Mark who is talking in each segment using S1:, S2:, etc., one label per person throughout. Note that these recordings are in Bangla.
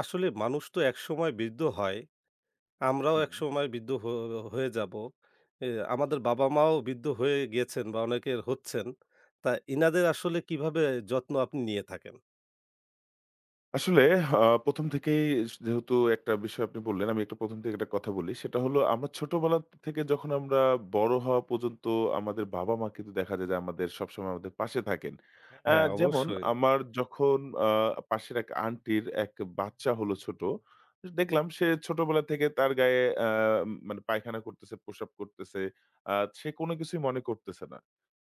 S1: আসলে মানুষ তো একসময় বৃদ্ধ হয়। আমরাও
S2: হুম।
S1: একসময় বৃদ্ধ হয়ে যাবো। এ আমাদের বাবা-মাও বৃদ্ধ হয়ে গিয়েছেন বা অনেকের হচ্ছেন। তা এনাদের আসলে কিভাবে যত্ন আপনি নিয়ে থাকেন?
S2: আসলে আ ১ম থেকেই যেহেতু একটা বিষয় আপনি বললেন, আমি একটু ১ম থেকে একটা কথা বলি। সেটা হলো আমরা ছোটবেলা থেকে যখন আমরা বড় হওয়া পর্যন্ত আমাদের বাবা-মা কিন্তু দেখা যায় যে আমাদের সবসময় আমাদের পাশে থাকেন।
S1: হ্যাঁ, হ্যাঁ,
S2: যেমন
S1: অবশ্যই।
S2: আমার যখন আ পাশের এক আন্টির এক বাচ্চা হলো ছোট, দেখলাম সে ছোটবেলা থেকে তার গায়ে মানে পায়খানা করতেছে, প্রস্রাব করতেছে। আ সে কোনো কিছুই মনে করতেছে না।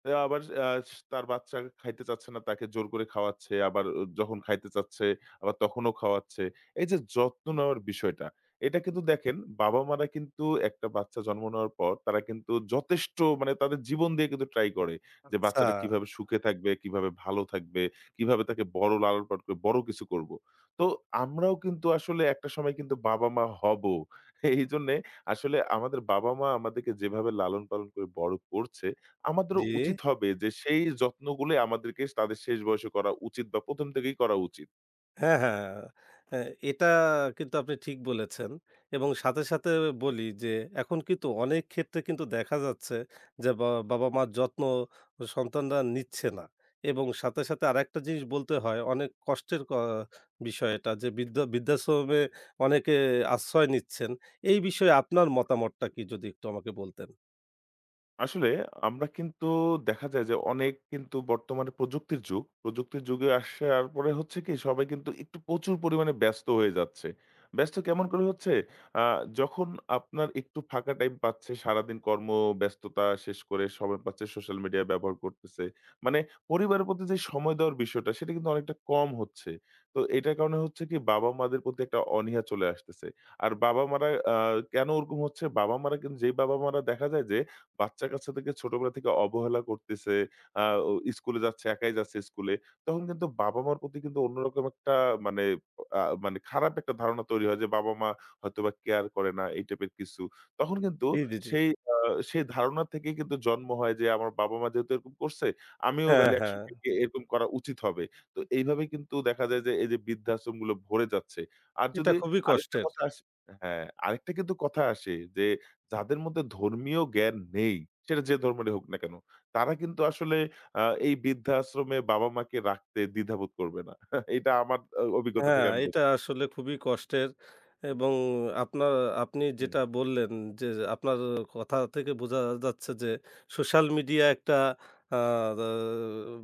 S2: আবার আ তার বাচ্চা খাইতে চাচ্ছে না, তাকে জোর করে খাওয়াচ্ছে। আবার যখন খাইতে চাচ্ছে আবার তখনও খাওয়াচ্ছে। এই যে যত্ন নেওয়ার বিষয়টা, এটা কিন্তু দেখেন বাবা-মারা কিন্তু একটা বাচ্চা জন্ম নেওয়ার পর তারা কিন্তু যথেষ্ট মানে তাদের জীবন দিয়ে কিন্তু ট্রাই করে
S1: আচ্ছা।
S2: যে
S1: আচ্ছা,
S2: বাচ্চাটা কিভাবে সুখে থাকবে, কিভাবে ভালো থাকবে, কিভাবে তাকে বড় লালন-পালন করে বড় কিছু করব। তো আমরাও কিন্তু আসলে একটা সময় কিন্তু বাবা-মা হবো। এইজন্যে আসলে আমাদের বাবা-মা আমাদেরকে যেভাবে লালন-পালন করে বড় করছে, আমাদেরও
S1: জি।
S2: উচিত হবে যে সেই যত্নগুলোই আমাদেরকে তাদের শেষ বয়সে করা উচিত বা ১ম থেকেই করা উচিত।
S1: হ্যাঁ, হ্যাঁ। হ্যাঁ। অ্যা এটা কিন্তু আপনি ঠিক বলেছেন এবং সাথে, সাথে বলি যে এখন কিন্তু অনেক ক্ষেত্রে কিন্তু দেখা যাচ্ছে যে বাবা-মার যত্ন সন্তানরা নিচ্ছে না এবং সাথে, সাথে আরেকটা জিনিস বলতে হয় অনেক কষ্টের বিষয় এটা যে বৃদ্ধাশ্রমে অনেকে আশ্রয় নিচ্ছেন। এই বিষয়ে আপনার মতামতটা কি যদি একটু আমাকে বলতেন?
S2: আসলে আমরা কিন্তু দেখা যায় যে অনেক কিন্তু বর্তমানে প্রযুক্তির যুগ। প্রযুক্তির যুগে আসার পরে হচ্ছে কি সবাই কিন্তু একটু প্রচুর পরিমাণে ব্যস্ত হয়ে যাচ্ছে। ব্যস্ত কেমন করে হচ্ছে? আ যখন আপনার একটু ফাঁকা টাইম পাচ্ছে সারাদিন কর্মব্যস্ততা শেষ করে সময় পাচ্ছে সোশ্যাল মিডিয়া ব্যবহার করতেছে। মানে পরিবারের প্রতি যে সময় দেওয়ার বিষয়টা সেটা কিন্তু অনেকটা কম হচ্ছে। তো এটার কারণে হচ্ছে কি বাবা-মাদের প্রতি একটা অনীহা চলে আসতেছে। আর বাবা-মারা আ কেন ওরকম হচ্ছে? বাবা-মারা কিন্তু যেই বাবা-মারা দেখা যায় যে বাচ্চা-কাচ্চা থেকে ছোটবেলা থেকে অবহেলা করতেছে, আ ও স্কুলে যাচ্ছে, একাই যাচ্ছে স্কুলে। তখন কিন্তু বাবা-মার প্রতি কিন্তু অন্যরকম একটা মানে মানে খারাপ একটা ধারণা তৈরি হয় যে বাবা-মা হয়তোবা কেয়ার করে না এই টাইপের কিছু। তখন কিন্তু
S1: জি, জি, জি।
S2: সেই আ সেই ধারণা থেকেই কিন্তু জন্ম হয় যে আমার বাবা-মা যেহেতু এরকম করছে, আমিও
S1: হ্যাঁ,
S2: তাইলে
S1: হ্যাঁ।
S2: একসময় গিয়ে এরকম করা উচিত হবে। তো এইভাবে কিন্তু দেখা যায় যে এই যে বৃদ্ধাশ্রমগুলো ভরে যাচ্ছে। আর
S1: এটা
S2: যদি
S1: খুবই
S2: আরেকটা
S1: কষ্টের।
S2: কথা আসে হ্যাঁ, আরেকটা কিন্তু কথা আসে যে যাদের মধ্যে ধর্মীয় জ্ঞান নেই, সেটা যে ধর্মেরই হোক না কেন, তারা কিন্তু আসলে আ এই বৃদ্ধাশ্রমে বাবা-মাকে রাখতে দ্বিধাবোধ করবে না। এটা আমার অভিজ্ঞতা
S1: হ্যাঁ,
S2: থেকে আমি
S1: এটা
S2: বলছি।
S1: আসলে খুবই কষ্টের এবং আপনার আপনি
S2: হুম,
S1: যেটা বললেন যে, আপনার কথা থেকে বোঝা যাচ্ছে যে সোশ্যাল মিডিয়া একটা আ দা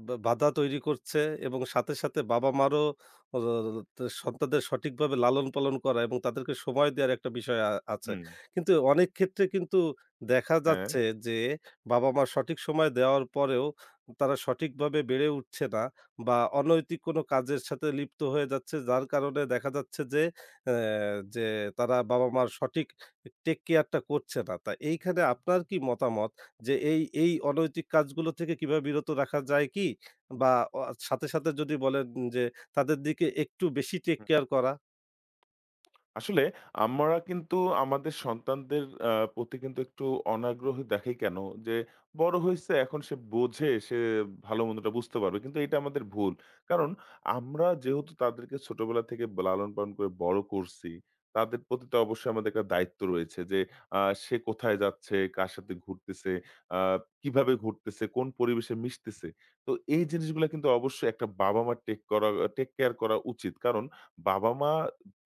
S1: বা বাধা তৈরি করছে এবং সাথে, সাথে বাবা-মারও অ সন্তানদের সঠিকভাবে লালন-পালন করা এবং তাদেরকে সময় দেওয়ার একটা বিষয় আছে।
S2: হুম,
S1: কিন্তু অনেক ক্ষেত্রে কিন্তু দেখা
S2: হ্যাঁ।
S1: যাচ্ছে যে বাবা-মা সঠিক সময় দেওয়ার পরেও তারা সঠিকভাবে বেড়ে উঠছে না। বা অনৈতিক কোনো কাজের সাথে লিপ্ত হয়ে যাচ্ছে। যার কারণে দেখা যাচ্ছে যে, অ্যা যে তারা বাবা-মার সঠিক টেক কেয়ারটা করছে না। তা এইখানে আপনার কি মতামত যে এই অনৈতিক কাজগুলো থেকে কিভাবে বিরত রাখা যায় কি? বা অ সাথে, সাথে যদি বলেন যে তাদের দিকে একটু বেশি টেক কেয়ার করা?
S2: আসলে আমরা কিন্তু আমাদের সন্তানদের প্রতি কিন্তু একটু অনাগ্রহী দেখাই কেন? যে বড় হইছে এখন সে বোঝে, সে ভালো-মন্দটা বুঝতে পারবে। কিন্তু এটা আমাদের ভুল। কারণ আমরা যেহেতু তাদেরকে ছোটবেলা থেকে লালন-পালন করে বড় করছি, তাদের প্রতি তো অবশ্যই আমাদের একটা দায়িত্ব রয়েছে যে সে কোথায় যাচ্ছে, কার সাথে ঘুরতেছে, আ কিভাবে ঘুরতেছে, কোন পরিবেশে মিশতেছে। তো এই জিনিসগুলা কিন্তু অবশ্যই একটা বাবা-মার টেক কেয়ার করা উচিত। কারণ বাবা-মা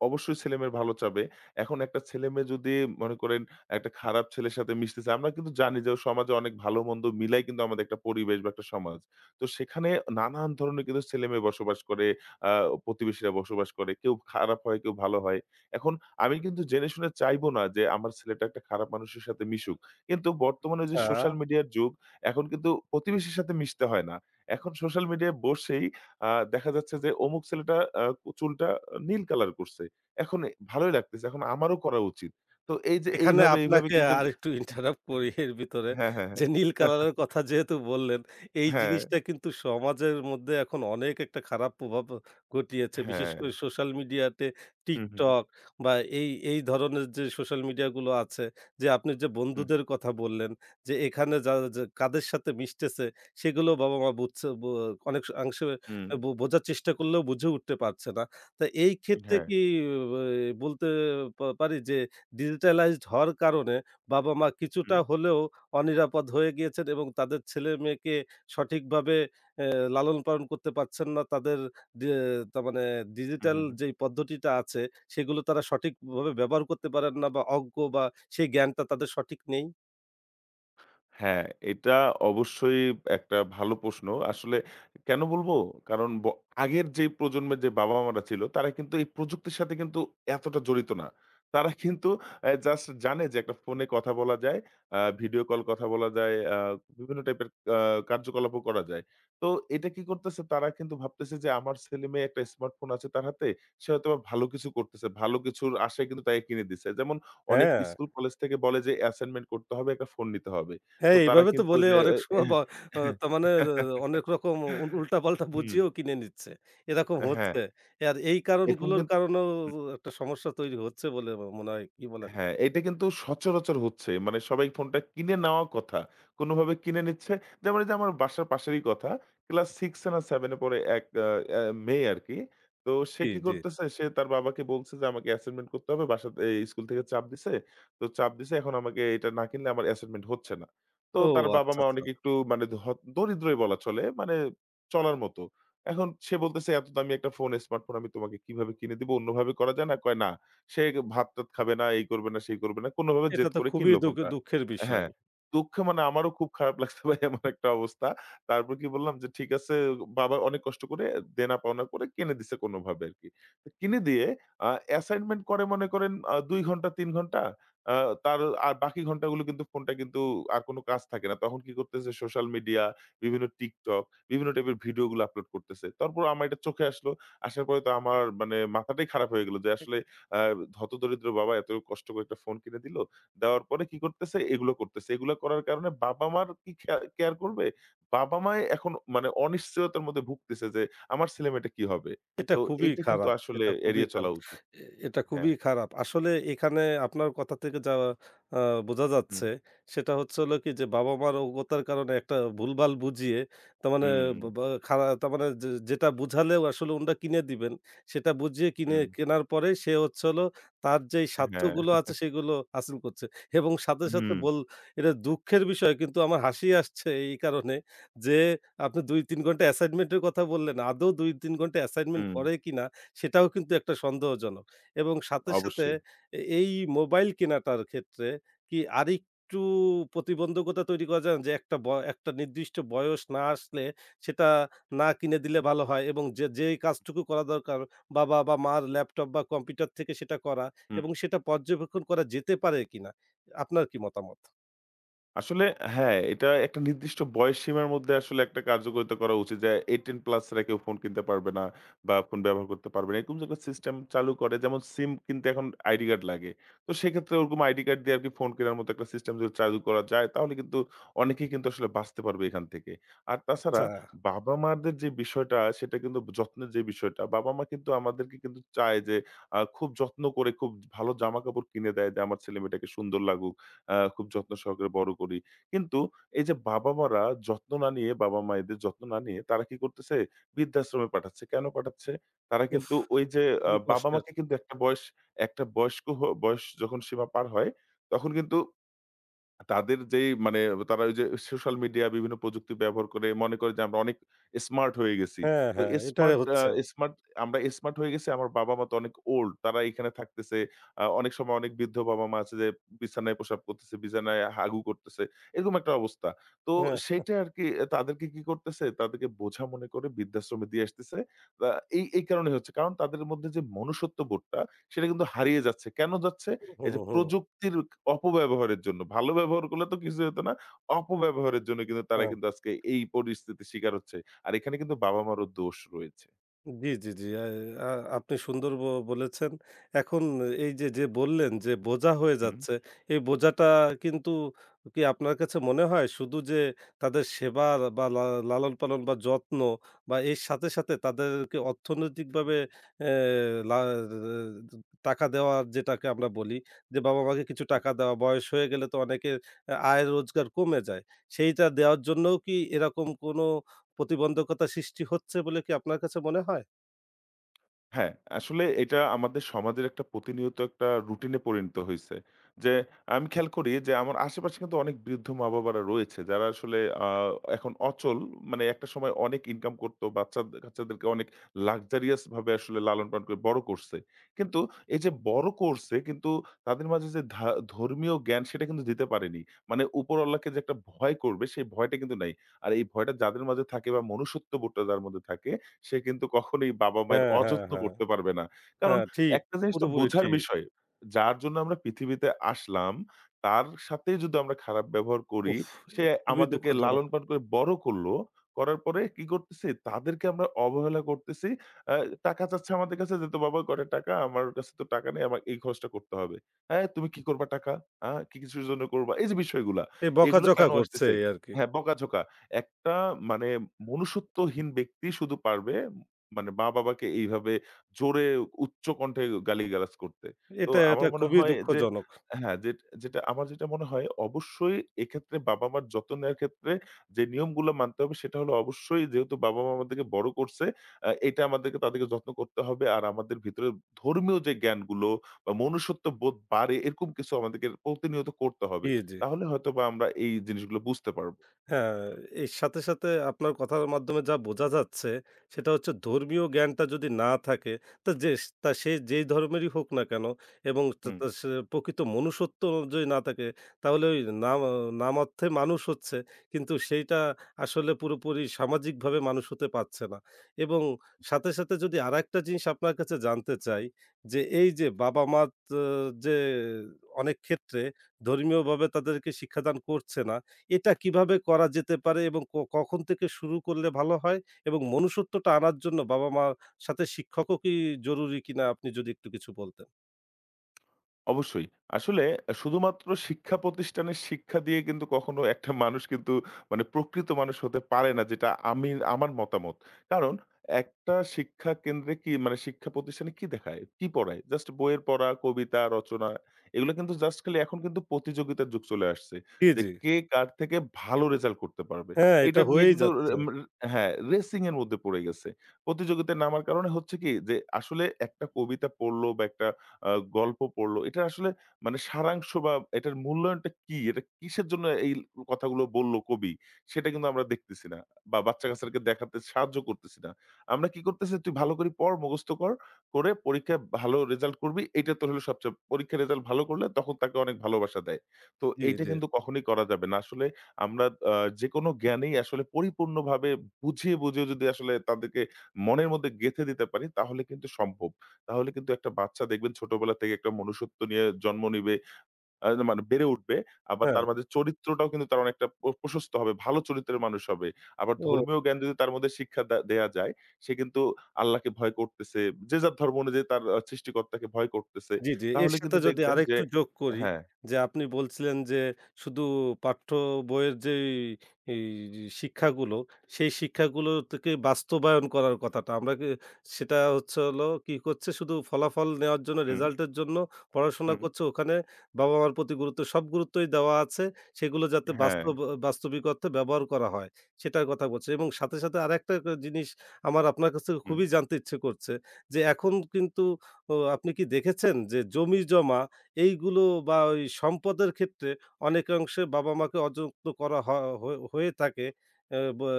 S2: অবশ্যই ছেলেমেয়ের ভালো চাবে। এখন একটা ছেলেমেয়ে যদি মনে করেন একটা খারাপ ছেলের সাথে মিশতেছে, আমরা কিন্তু জানি যে সমাজে অনেক ভালো-মন্দ মিলাই কিন্তু আমাদের একটা পরিবেশ বা একটা সমাজ। তো সেখানে নানান ধরনের কিন্তু ছেলেমেয়ে বসবাস করে, আ প্রতিবেশীরা বসবাস করে। কেউ খারাপ হয়, কেউ ভালো হয়। এখন আমি কিন্তু জেনে শুনে চাইবো না যে আমার ছেলেটা একটা খারাপ মানুষের সাথে মিশুক। কিন্তু বর্তমানে যে
S1: আচ্ছা।
S2: সোশ্যাল মিডিয়ার যুগ, এখন কিন্তু প্রতিবেশীর সাথে মিশতে হয় না। এখন সোশ্যাল মিডিয়ায় বসেই দেখা যাচ্ছে যে অমুক ছেলেটা চুলটা নীল কালার করছে। এখন এ ভালোই লাগতেছে। এখন আমারও করা উচিত। তো এই যে
S1: এখানে
S2: এইভাবে, এইভাবে
S1: আপনাকে
S2: কিন্তু
S1: আরেকটু ইন্টারাপ্ট করি এর ভিতরে।
S2: হ্যাঁ, হ্যাঁ,
S1: যে
S2: হ্যাঁ,
S1: নীল কালারের কথা যেহেতু বললেন, এই
S2: হ্যাঁ। হ্যাঁ,
S1: জিনিসটা কিন্তু সমাজের মধ্যে এখন অনেক একটা খারাপ প্রভাব ঘটিয়েছে। বিশেষ
S2: হ্যাঁ।
S1: করে সোশ্যাল মিডিয়াতে
S2: হুম, হুম, হুম।
S1: TikTok বা এই ধরনের যে সোশ্যাল মিডিয়াগুলো আছে, যে আপনি যে
S2: হুম,
S1: বন্ধুদের কথা বললেন, যে এখানে যা যা কাদের সাথে মিশতেছে সেগুলো বাবা-মা বুঝছে অনেক অংশে
S2: হুম।
S1: বোঝার চেষ্টা করলেও বুঝে উঠতে পারছে না। তা এই ক্ষেত্রে
S2: হ্যাঁ।
S1: কি ব বলতে পারি যে ডিজিটালাইজড হওয়ার কারণে বাবা-মা কিছুটা
S2: হুম,
S1: হলেও অনিরাপদ হয়ে গিয়েছেন এবং তাদের ছেলে-মেয়েকে সঠিকভাবে অ্যা লালন-পালন করতে পারছেন না। তাদের ডি তার মানে
S2: হুম,
S1: ডিজিটাল
S2: হুম।
S1: যেই পদ্ধতিটা আছে, সেগুলো তারা সঠিকভাবে ব্যবহার করতে পারেন না বা অজ্ঞ বা সেই জ্ঞানটা তাদের সঠিক নেই।
S2: হ্যাঁ, এটা অবশ্যই একটা ভালো প্রশ্ন। আসলে কেন বলবো? কারণ আগের যে প্রজন্মের যে বাবা-মারা ছিল, তারা কিন্তু এই প্রযুক্তির সাথে কিন্তু এতটা জড়িত না। তারা কিন্তু জাস্ট জানে যে একটা ফোনে কথা বলা যায়, ভিডিও কল কথা বলা যায়, বিভিন্ন টাইপের আ কার্যকলাপও করা যায়। তো এটা কি করতেছে? তারা কিন্তু ভাবতেছে যে আমার ছেলে-মেয়ে একটা স্মার্টফোন আছে তার হাতে, সে হয়তোবা ভালো কিছু করতেছে। ভালো কিছুর আশায় কিন্তু তাকে কিনে দিছে। যেমন অনেক
S1: হ্যাঁ,
S2: স্কুল-কলেজ থেকে বলে যে অ্যাসাইনমেন্ট করতে হবে, একটা ফোন নিতে হবে।
S1: হ্যাঁ,
S2: তো তারা
S1: এইভাবে তো
S2: কিন্তু ওই
S1: বলে
S2: যে
S1: অনেক
S2: এ
S1: সময় বা
S2: হ্যাঁ,
S1: তার মানে অনেক রকম
S2: হ্যাঁ,
S1: উল্টাপাল্টা
S2: হুম,
S1: বুঝিয়েও কিনে নিচ্ছে। এরকম
S2: হ্যাঁ,
S1: হচ্ছে। আর এই
S2: এরকম
S1: কারণগুলোর
S2: কিন
S1: কারণেও একটা সমস্যা তৈরি হচ্ছে বলে আমার মনে হয়। কি বলেন?
S2: হ্যাঁ, এটা কিন্তু সচরাচর হচ্ছে। মানে সবাই ফোনটা কিনে নেওয়া কথা। কোনভাবে কিনে নিচ্ছে। যেমন এই যে আমার বাসার পাশেরই কথা। ক্লাস 6 এ না 7 এ পড়ে এক আ অ্যা মেয়ে আরকি। তো সে
S1: জি,
S2: কি
S1: জি।
S2: করতেছে? সে তার বাবাকে বলছে যে, "আমাকে অ্যাসাইনমেন্ট করতে হবে। বাসা এই স্কুল থেকে চাপ দিছে। তো চাপ দিছে এখন আমাকে এটা না কিনলে আমার অ্যাসাইনমেন্ট হচ্ছে না।" তো
S1: ও
S2: তার
S1: আচ্ছা,
S2: বাবা-মা
S1: আচ্ছা।
S2: অনেক একটু মানে দরিদ্রই বলা চলে। মানে চলার মতো। এখন সে বলতেছে, "এত দামি একটা ফোন, স্মার্টফোন আমি তোমাকে কিভাবে কিনে দিবো? অন্যভাবে করা যায় না?" কয়, "না। সে ভাত-টাত খাবে না, এই করবে না, সেই করবে না। কোনভাবে
S1: এটা
S2: জেদ
S1: তো
S2: করে
S1: খুবই
S2: কিনল ফোনটা।
S1: দুঃখের বিষয়।
S2: হ্যাঁ, দুঃখে মানে আমারও খুব খারাপ লাগছে ভাই এমন একটা অবস্থা। তারপর কি বললাম যে ঠিক আছে বাবা অনেক কষ্ট করে দেনা-পাওনা করে কিনে দিছে কোনভাবে আরকি। তো কিনে দিয়ে অ্যাসাইনমেন্ট করে মনে করেন ২ ঘন্টা ৩ ঘন্টা। আ তার আর বাকি ঘন্টাগুলো কিন্তু ফোনটা কিন্তু আর কোন কাজ থাকে না। তখন কি করতেছে সোশ্যাল মিডিয়া, বিভিন্ন TikTok, বিভিন্ন টাইপের ভিডিওগুলো আপলোড করতেছে। তারপর আমার এটা চোখে আসলো। আসার পরে তো আমার মানে মাথাটাই খারাপ হয়ে গেল যে
S1: এ
S2: আসলে আ হতদরিদ্র বাবা এত কষ্ট করে একটা ফোন কিনে দিল। দেওয়ার পরে কি করতেছে? এগুলো করতেছে। এগুলো করার কারণে বাবা-মার কি কেয়ার করবে? বাবা-মাই এখন মানে অনিশ্চয়তার মধ্যে ভুগতেছে যে আমার ছেলেমেয়েটা কি হবে?
S1: এটা
S2: তো
S1: খুবই
S2: এইটা কিন্তু
S1: খারাপ,
S2: আসলে
S1: এটা খুবই
S2: এড়িয়ে চলা
S1: খারাপ।
S2: উচিত।
S1: এ এটা খুবই
S2: হ্যাঁ।
S1: খারাপ। আসলে এখানে আপনার কথা থেকে যা আ বোঝা
S2: হুম,
S1: যাচ্ছে সেটা হচ্ছে হলো কি যে বাবা-মার অজ্ঞতার কারণে একটা ভুলভাল বুঝিয়ে তার মানে
S2: হুম,
S1: বা বা খারা তার মানে যে যেটা বুঝালেও আসলে উনারা কিনে দিবেন, সেটা বুঝিয়ে
S2: হুম।
S1: কেনার পরে সে হচ্ছে হলো তার যেই
S2: হ্যাঁ।
S1: স্বার্থগুলো আছে সেগুলো হাসিল করছে এবং সাথে, সাথে
S2: হুম,
S1: এটা দুঃখের বিষয় কিন্তু আমার হাসি আসছে এই কারণে যে আপনি ২-৩ ঘন্টা অ্যাসাইনমেন্টের কথা বললেন। আদৌ ২-৩ ঘন্টা অ্যাসাইনমেন্ট
S2: হুম।
S1: করে কিনা সেটাও কিন্তু একটা সন্দেহজনক। এবং সাথে, সাথে
S2: অবশ্যই।
S1: এই মোবাইল কেনাটার ক্ষেত্রে কি আরেকটু প্রতিবন্ধকতা তৈরি করা যায় না? যে একটা নির্দিষ্ট বয়স না আসলে সেটা না কিনে দিলে ভালো হয় এবং যে যেই কাজটুকু করা দরকার বাবা বা মার ল্যাপটপ বা কম্পিউটার থেকে সেটা করা
S2: হুম।
S1: এবং সেটা পর্যবেক্ষণ করা যেতে পারে কিনা? আপনার কি মতামত?
S2: আসলে হ্যাঁ, এটা একটা নির্দিষ্ট বয়স সীমার মধ্যে আসলে একটা কার্যকারিতা করা উচিত যে 18 প্লাস রা কেউ ফোন কিনতে পারবে না বা ফোন ব্যবহার করতে পারবে না। এরকম যে একটা সিস্টেম চালু করে যেমন সিম কিনতে এখন আইডি কার্ড লাগে। তো সেক্ষেত্রে ওরকম আইডি কার্ড দিয়ে আরকি ফোন কেনার মতো একটা সিস্টেম যদি চালু করা যায় তাহলে কিন্তু অনেকেই কিন্তু আসলে বাঁচতে পারবে এখান থেকে। আর তাছাড়া
S1: আচ্ছা,
S2: বাবা-মাদের যে বিষয়টা সেটা কিন্তু যত্নের যে বিষয়টা, বাবা-মা কিন্তু আমাদেরকে কিন্তু চায় যে খুব যত্ন করে খুব ভালো জামাকাপড় কিনে দেয় যে আমার ছেলেমেয়েটাকে সুন্দর লাগুক। খুব যত্ন সহকারে বড় করি। কিন্তু এই যে বাবা-মারা যত্ন না নিয়ে, বাবা-মায়েদের যত্ন না নিয়ে তারা কি করতেছে? বৃদ্ধাশ্রমে পাঠাচ্ছে। কেন পাঠাচ্ছে? তারা
S1: উফ!
S2: কিন্তু ওই যে
S1: খুবই কষ্টের।
S2: বাবা-মাকে কিন্তু একটা বয়স একটা বয়স যখন সীমা পার হয়, তখন কিন্তু তাদের যেই মানে তারা ওই যে সোশ্যাল মিডিয়া বিভিন্ন প্রযুক্তি ব্যবহার করে মনে করে যে আমরা অনেক স্মার্ট হয়ে গেছি।
S1: হ্যাঁ,
S2: তো
S1: হ্যাঁ, এটা
S2: স্মার্ট আ
S1: হচ্ছে।
S2: স্মার্ট আমরা স্মার্ট হয়ে গেছি আমার বাবা-মা তো অনেক ওল্ড। তারা এখানে থাকতেছে। অনেক সময় অনেক বৃদ্ধ বাবা-মা আছে যে বিছানায় প্রসাব করতেছে, বিছানায় হাগু করতেছে। এরকম একটা অবস্থা। তো
S1: হ্যাঁ,
S2: সেটা আরকি তাদেরকে কি করতেছে? তাদেরকে বোঝা মনে করে বৃদ্ধাশ্রমে দিয়ে আসতেছে। আ এই এই কারণে হচ্ছে। কারণ তাদের মধ্যে যে মনুষ্যত্ব বোধটা সেটা কিন্তু হারিয়ে যাচ্ছে। কেন যাচ্ছে?
S1: হুম, হুম,
S2: এই যে
S1: হুম।
S2: প্রযুক্তির অপব্যবহারের জন্য, ভালো ব্যবহার করলে তো কিছুই হতো না। অপব্যবহারের জন্য কিন্তু
S1: আ
S2: তারা কিন্তু আজকে এই পরিস্থিতির শিকার হচ্ছে। আর এখানে কিন্তু বাবা-মারও দোষ রয়েছে।
S1: জি, জি, জি। আ আ আপনি সুন্দর বলেছেন। এখন এই যে, যে বললেন যে বোঝা হয়ে
S2: হুম,
S1: যাচ্ছে, এই বোঝাটা কিন্তু কি আপনার কাছে মনে হয় শুধু যে তাদের সেবা বা লালন-পালন বা যত্ন বা এর সাথে, সাথে তাদেরকে অর্থনৈতিকভাবে অ্যা লা টাকা দেওয়ার যেটাকে আমরা বলি যে বাবা-মাকে কিছু
S2: হুম।
S1: টাকা দেওয়া, বয়স হয়ে গেলে তো অনেকের আয় রোজগার কমে যায়। সেইটা দেওয়ার জন্যও কি এরকম কোনো প্রতিবন্ধকতা সৃষ্টি হচ্ছে বলে কি আপনার কাছে মনে হয়?
S2: হ্যাঁ, আসলে এটা আমাদের সমাজের একটা প্রতিনিয়ত একটা রুটিনে পরিণত হইছে। যে আমি খেয়াল করি যে আমার আশেপাশে কিন্তু অনেক বৃদ্ধ মা-বাবারা রয়েছে যারা আসলে আ এখন অচল মানে একটা সময় অনেক ইনকাম করত। বাচ্চা কাচ্চাদেরকে অনেক luxurious ভাবে আসলে লালন-পালন করে বড় করছে। কিন্তু এই যে বড় করছে কিন্তু তাদের মাঝে যে ধর্মীয় জ্ঞান সেটা কিন্তু দিতে পারেনি। মানে উপরওয়ালাকে যে একটা ভয় করবে সেই ভয়টা কিন্তু নাই। আর এই ভয়টা যাদের মাঝে থাকে বা মনুষ্যত্ববোধটা যার মধ্যে থাকে সে কিন্তু কখনোই বাবা-মায়ের
S1: হ্যাঁ, হ্যাঁ,
S2: অযত্ন
S1: হ্যাঁ,
S2: করতে পারবে না। কারণ
S1: হ্যাঁ, ঠিক।
S2: একটা জিনিস তো
S1: পুরোপুরি
S2: বুঝার
S1: ঠিক।
S2: বিষয়। যার জন্য আমরা পৃথিবীতে আসলাম, তার সাথে যদি আমরা খারাপ ব্যবহার করি,
S1: উফ!
S2: সে
S1: এটা খুবই
S2: আমাদেরকে
S1: দুঃখজনক।
S2: লালন-পালন করে বড় করলো। করার পরে কি করতেছি? তাদেরকে আমরা অবহেলা করতেছি। আ টাকা চাচ্ছে আমাদের কাছে যে, "তো বাবা কটা টাকা? আমার কাছে তো টাকা নেই। আমাকে এই খরচটা করতে হবে।" "হ্যাঁ, তুমি কি করবা টাকা? কি কিছুর জন্য করবা?" এই যে বিষয়গুলা,
S1: এই
S2: এগুলো
S1: বকাঝকা
S2: কেন
S1: করছে
S2: আসতেছে?
S1: এই আরকি।
S2: হ্যাঁ, বকাঝকা। একটা মানে মনুষ্যত্বহীন ব্যক্তি শুধু পারবে মানে মা-বাবাকে এইভাবে জোরে উচ্চ কণ্ঠে গালিগালাজ করতে। তো
S1: এটা
S2: আমার মনে
S1: খুবই
S2: হয় যে
S1: দুঃখজনক।
S2: হ্যাঁ, যে যেটা আমার যেটা মনে হয় অবশ্যই এক্ষেত্রে বাবা-মার যত্ন নেওয়ার ক্ষেত্রে যে নিয়মগুলো মানতে হবে সেটা হলো অবশ্যই যেহেতু বাবা-মা আমাদেরকে বড় করছে, এটা আমাদেরকে তাদেরকে যত্ন করতে হবে। আর আমাদের ভিতরে ধর্মীয় যে জ্ঞানগুলো বা মনুষ্যত্ববোধ বাড়ে এরকম কিছু আমাদেরকে প্রতিনিয়ত করতে হবে।
S1: জি, জি।
S2: তাহলে হয়তোবা আমরা এই জিনিসগুলো বুঝতে পারব।
S1: হ্যাঁ, এর সাথে, সাথে আপনার কথার মাধ্যমে যা বোঝা যাচ্ছে সেটা হচ্ছে ধর্মীয় জ্ঞানটা যদি না থাকে তা যে তা সে যেই ধর্মেরই হোক না কেন এবং তা
S2: হুম।
S1: তা সে প্রকৃত মনুষ্যত্ব যদি না থাকে তাহলে ওই নাম নাম অর্থে মানুষ হচ্ছে কিন্তু সেইটা আসলে পুরোপুরি সামাজিকভাবে মানুষ হতে পারছে না এবং সাথে, সাথে যদি আরেকটা জিনিস আপনার কাছে জানতে চাই যে এই যে বাবা-মা ত যে অনেক ক্ষেত্রে ধর্মীয়ভাবে তাদেরকে শিক্ষাদান করছে না এটা কিভাবে করা যেতে পারে এবং কখন থেকে শুরু করলে ভালো হয়? এবং মনুষ্যত্বটা আনার জন্য বাবা-মার সাথে শিক্ষকও কি জরুরি কিনা আপনি যদি একটু কিছু বলতেন?
S2: অবশ্যই। আসলে শুধুমাত্র শিক্ষা প্রতিষ্ঠানের শিক্ষা দিয়ে কিন্তু কখনো একটা মানুষ কিন্তু মানে প্রকৃত মানুষ হতে পারে না যেটা আমি আমার মতামত। কারণ একটা শিক্ষা কেন্দ্রে কি মানে শিক্ষা প্রতিষ্ঠানে কি দেখায়? কি পড়ায়? জাস্ট বইয়ের পড়া, কবিতা, রচনা এগুলো কিন্তু জাস্ট খালি এখন কিন্তু প্রতিযোগিতার যুগ চলে আসছে।
S1: জি,
S2: যে
S1: জি।
S2: কে কার থেকে ভালো রেজাল্ট করতে পারবে।
S1: হ্যাঁ, এটা
S2: এটা নিয়ে
S1: হয়েই
S2: কিন্তু রে
S1: যাচ্ছে।
S2: এম হ্যাঁ, রেসিং এর মধ্যে পড়ে গেছে। প্রতিযোগিতায় নামার কারণে হচ্ছে কি যে আসলে একটা কবিতা পড়লো বা একটা আ গল্প পড়ল। এটা আসলে মানে সারাংশ বা এটার মূল্যায়নটা কি? এটা কিসের জন্য এই কথাগুলো বলল কবি? সেটা কিন্তু আমরা দেখতেছি না। বা বাচ্চা-কাচ্চাদেরকে দেখাতে সাহায্য করতেছি না। আমরা কি করতেছি? "তুই ভালো করে পড়, মুখস্থ কর। করে পরীক্ষায় ভালো রেজাল্ট করবি। এইটা তোর হলো সবচেয়ে পরীক্ষায় রেজাল্ট ভালো করলে তখন তাকে অনেক ভালোবাসা দেয়।" তো
S1: জি,
S2: এইটা
S1: জি।
S2: কিন্তু কখনোই করা যাবে না। আসলে আমরা আ যেকোনো জ্ঞানেই আসলে পরিপূর্ণভাবে বুঝিয়ে, বুঝিয়ে যদি আসলে তাদেরকে মনের মধ্যে গেঁথে দিতে পারি তাহলে কিন্তু সম্ভব। তাহলে কিন্তু একটা বাচ্চা দেখবেন ছোটবেলা থেকে একটা মনুষ্যত্ব নিয়ে জন্ম নিবে। মানে বেড়ে উঠবে। আবার
S1: হ্যাঁ।
S2: তার মাঝে চরিত্রটাও কিন্তু তার অনেকটা প্রশস্ত হবে। ভালো চরিত্রের মানুষ হবে। আবার
S1: ও!
S2: ধর্মীয় জ্ঞান যদি তার মধ্যে শিক্ষা দেয়া যায়, সে কিন্তু আল্লাহকে ভয় করতেছে। যে যার ধর্ম অনুযায়ী তার সৃষ্টিকর্তাকে ভয় করতেছে।
S1: জি, জি। এর
S2: তাহলে
S1: সাথে
S2: কিন্তু
S1: যদি
S2: দেখবেন যে
S1: আরেকটু যোগ করি
S2: হ্যাঁ,
S1: যে আপনি বলছিলেন যে শুধু পাঠ্য বইয়ের যেই এই শিক্ষাগুলো, সেই শিক্ষাগুলো থেকে বাস্তবায়ন করার কথাটা। আমরা কি সেটা হচ্ছে হলো কি করছে শুধু ফলাফল নেওয়ার জন্য
S2: হুম,
S1: রেজাল্টের জন্য পড়াশোনা
S2: হুম,
S1: করছে। ওখানে বাবা-মার প্রতি গুরুত্ব সব গুরুত্বই দেওয়া আছে। সেগুলো যাতে
S2: হ্যাঁ,
S1: বাস্তবিক অর্থে ব্যবহার করা হয় সেটার কথা বলছে। এবং সাথে, সাথে আরেকটা জিনিস আমার আপনার কাছ থেকে
S2: হুম,
S1: খুবই জানতে ইচ্ছে করছে যে এখন কিন্তু তো আপনি কি দেখেছেন যে জমিজমা এইগুলো বা ওই সম্পদের ক্ষেত্রে অনেকাংশে বাবা-মাকে অযত্ন করা হ হয়ে হয়ে থাকে। অ্যা বা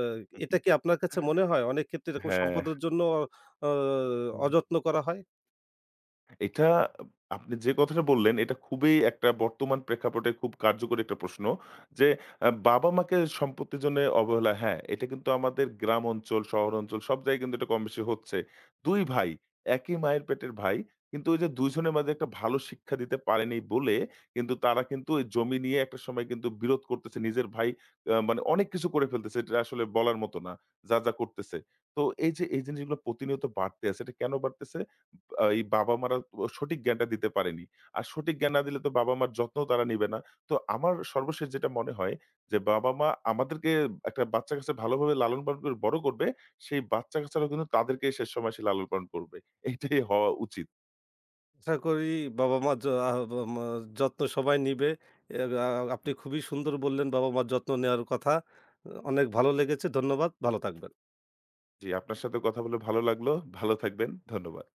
S1: এটা
S2: হুম,
S1: কি আপনার কাছে মনে হয় অনেক ক্ষেত্রে এরকম
S2: হ্যাঁ।
S1: সম্পদের জন্য অ অযত্ন করা হয়?
S2: এটা আপনি যে কথাটা বললেন, এটা খুবই একটা বর্তমান প্রেক্ষাপটে খুব কার্যকরী একটা প্রশ্ন। যে বাবা-মাকে সম্পত্তির জন্য অবহেলা হ্যাঁ, এটা কিন্তু আমাদের গ্রাম অঞ্চল, শহর অঞ্চল সব জায়গায় কিন্তু এটা কমবেশি হচ্ছে। ২ ভাই, একই মায়ের পেটের ভাই। কিন্তু ওই যে ২ জনের মাঝে একটা ভালো শিক্ষা দিতে পারেনি বলে কিন্তু তারা কিন্তু ওই জমি নিয়ে একটা সময় কিন্তু বিরোধ করতেছে। নিজের ভাই মানে অনেক কিছু করে ফেলতেছে। এটা আসলে বলার মতো না। যা, যা করতেছে। তো এই যে এই জিনিসগুলো প্রতিনিয়ত বাড়তে আছে। এটা কেন বাড়তেছে? এই বাবা-মারা ও সঠিক জ্ঞানটা দিতে পারেনি। আর সঠিক জ্ঞান না দিলে তো বাবা-মার যত্নও তারা নিবে না। তো আমার সর্বশেষ যেটা মনে হয় যে বাবা-মা আমাদেরকে একটা বাচ্চা-কাচ্চা ভালোভাবে লালন-পালন করে বড় করবে, সেই বাচ্চা-কাচ্চারাও কিন্তু তাদেরকে শেষ সময় সে লালন-পালন করবে। এইটাই হওয়া উচিত।
S1: আশা করি বাবা-মা য আ বা মা যত্ন সবাই নিবে। এ আ আপনি
S2: হুম।
S1: খুবই সুন্দর বললেন বাবা-মার যত্ন নেওয়ার কথা। অনেক ভালো লেগেছে। ধন্যবাদ। ভালো থাকবেন।
S2: জি, আপনার সাথে কথা বলে ভালো লাগলো। ভালো থাকবেন। ধন্যবাদ।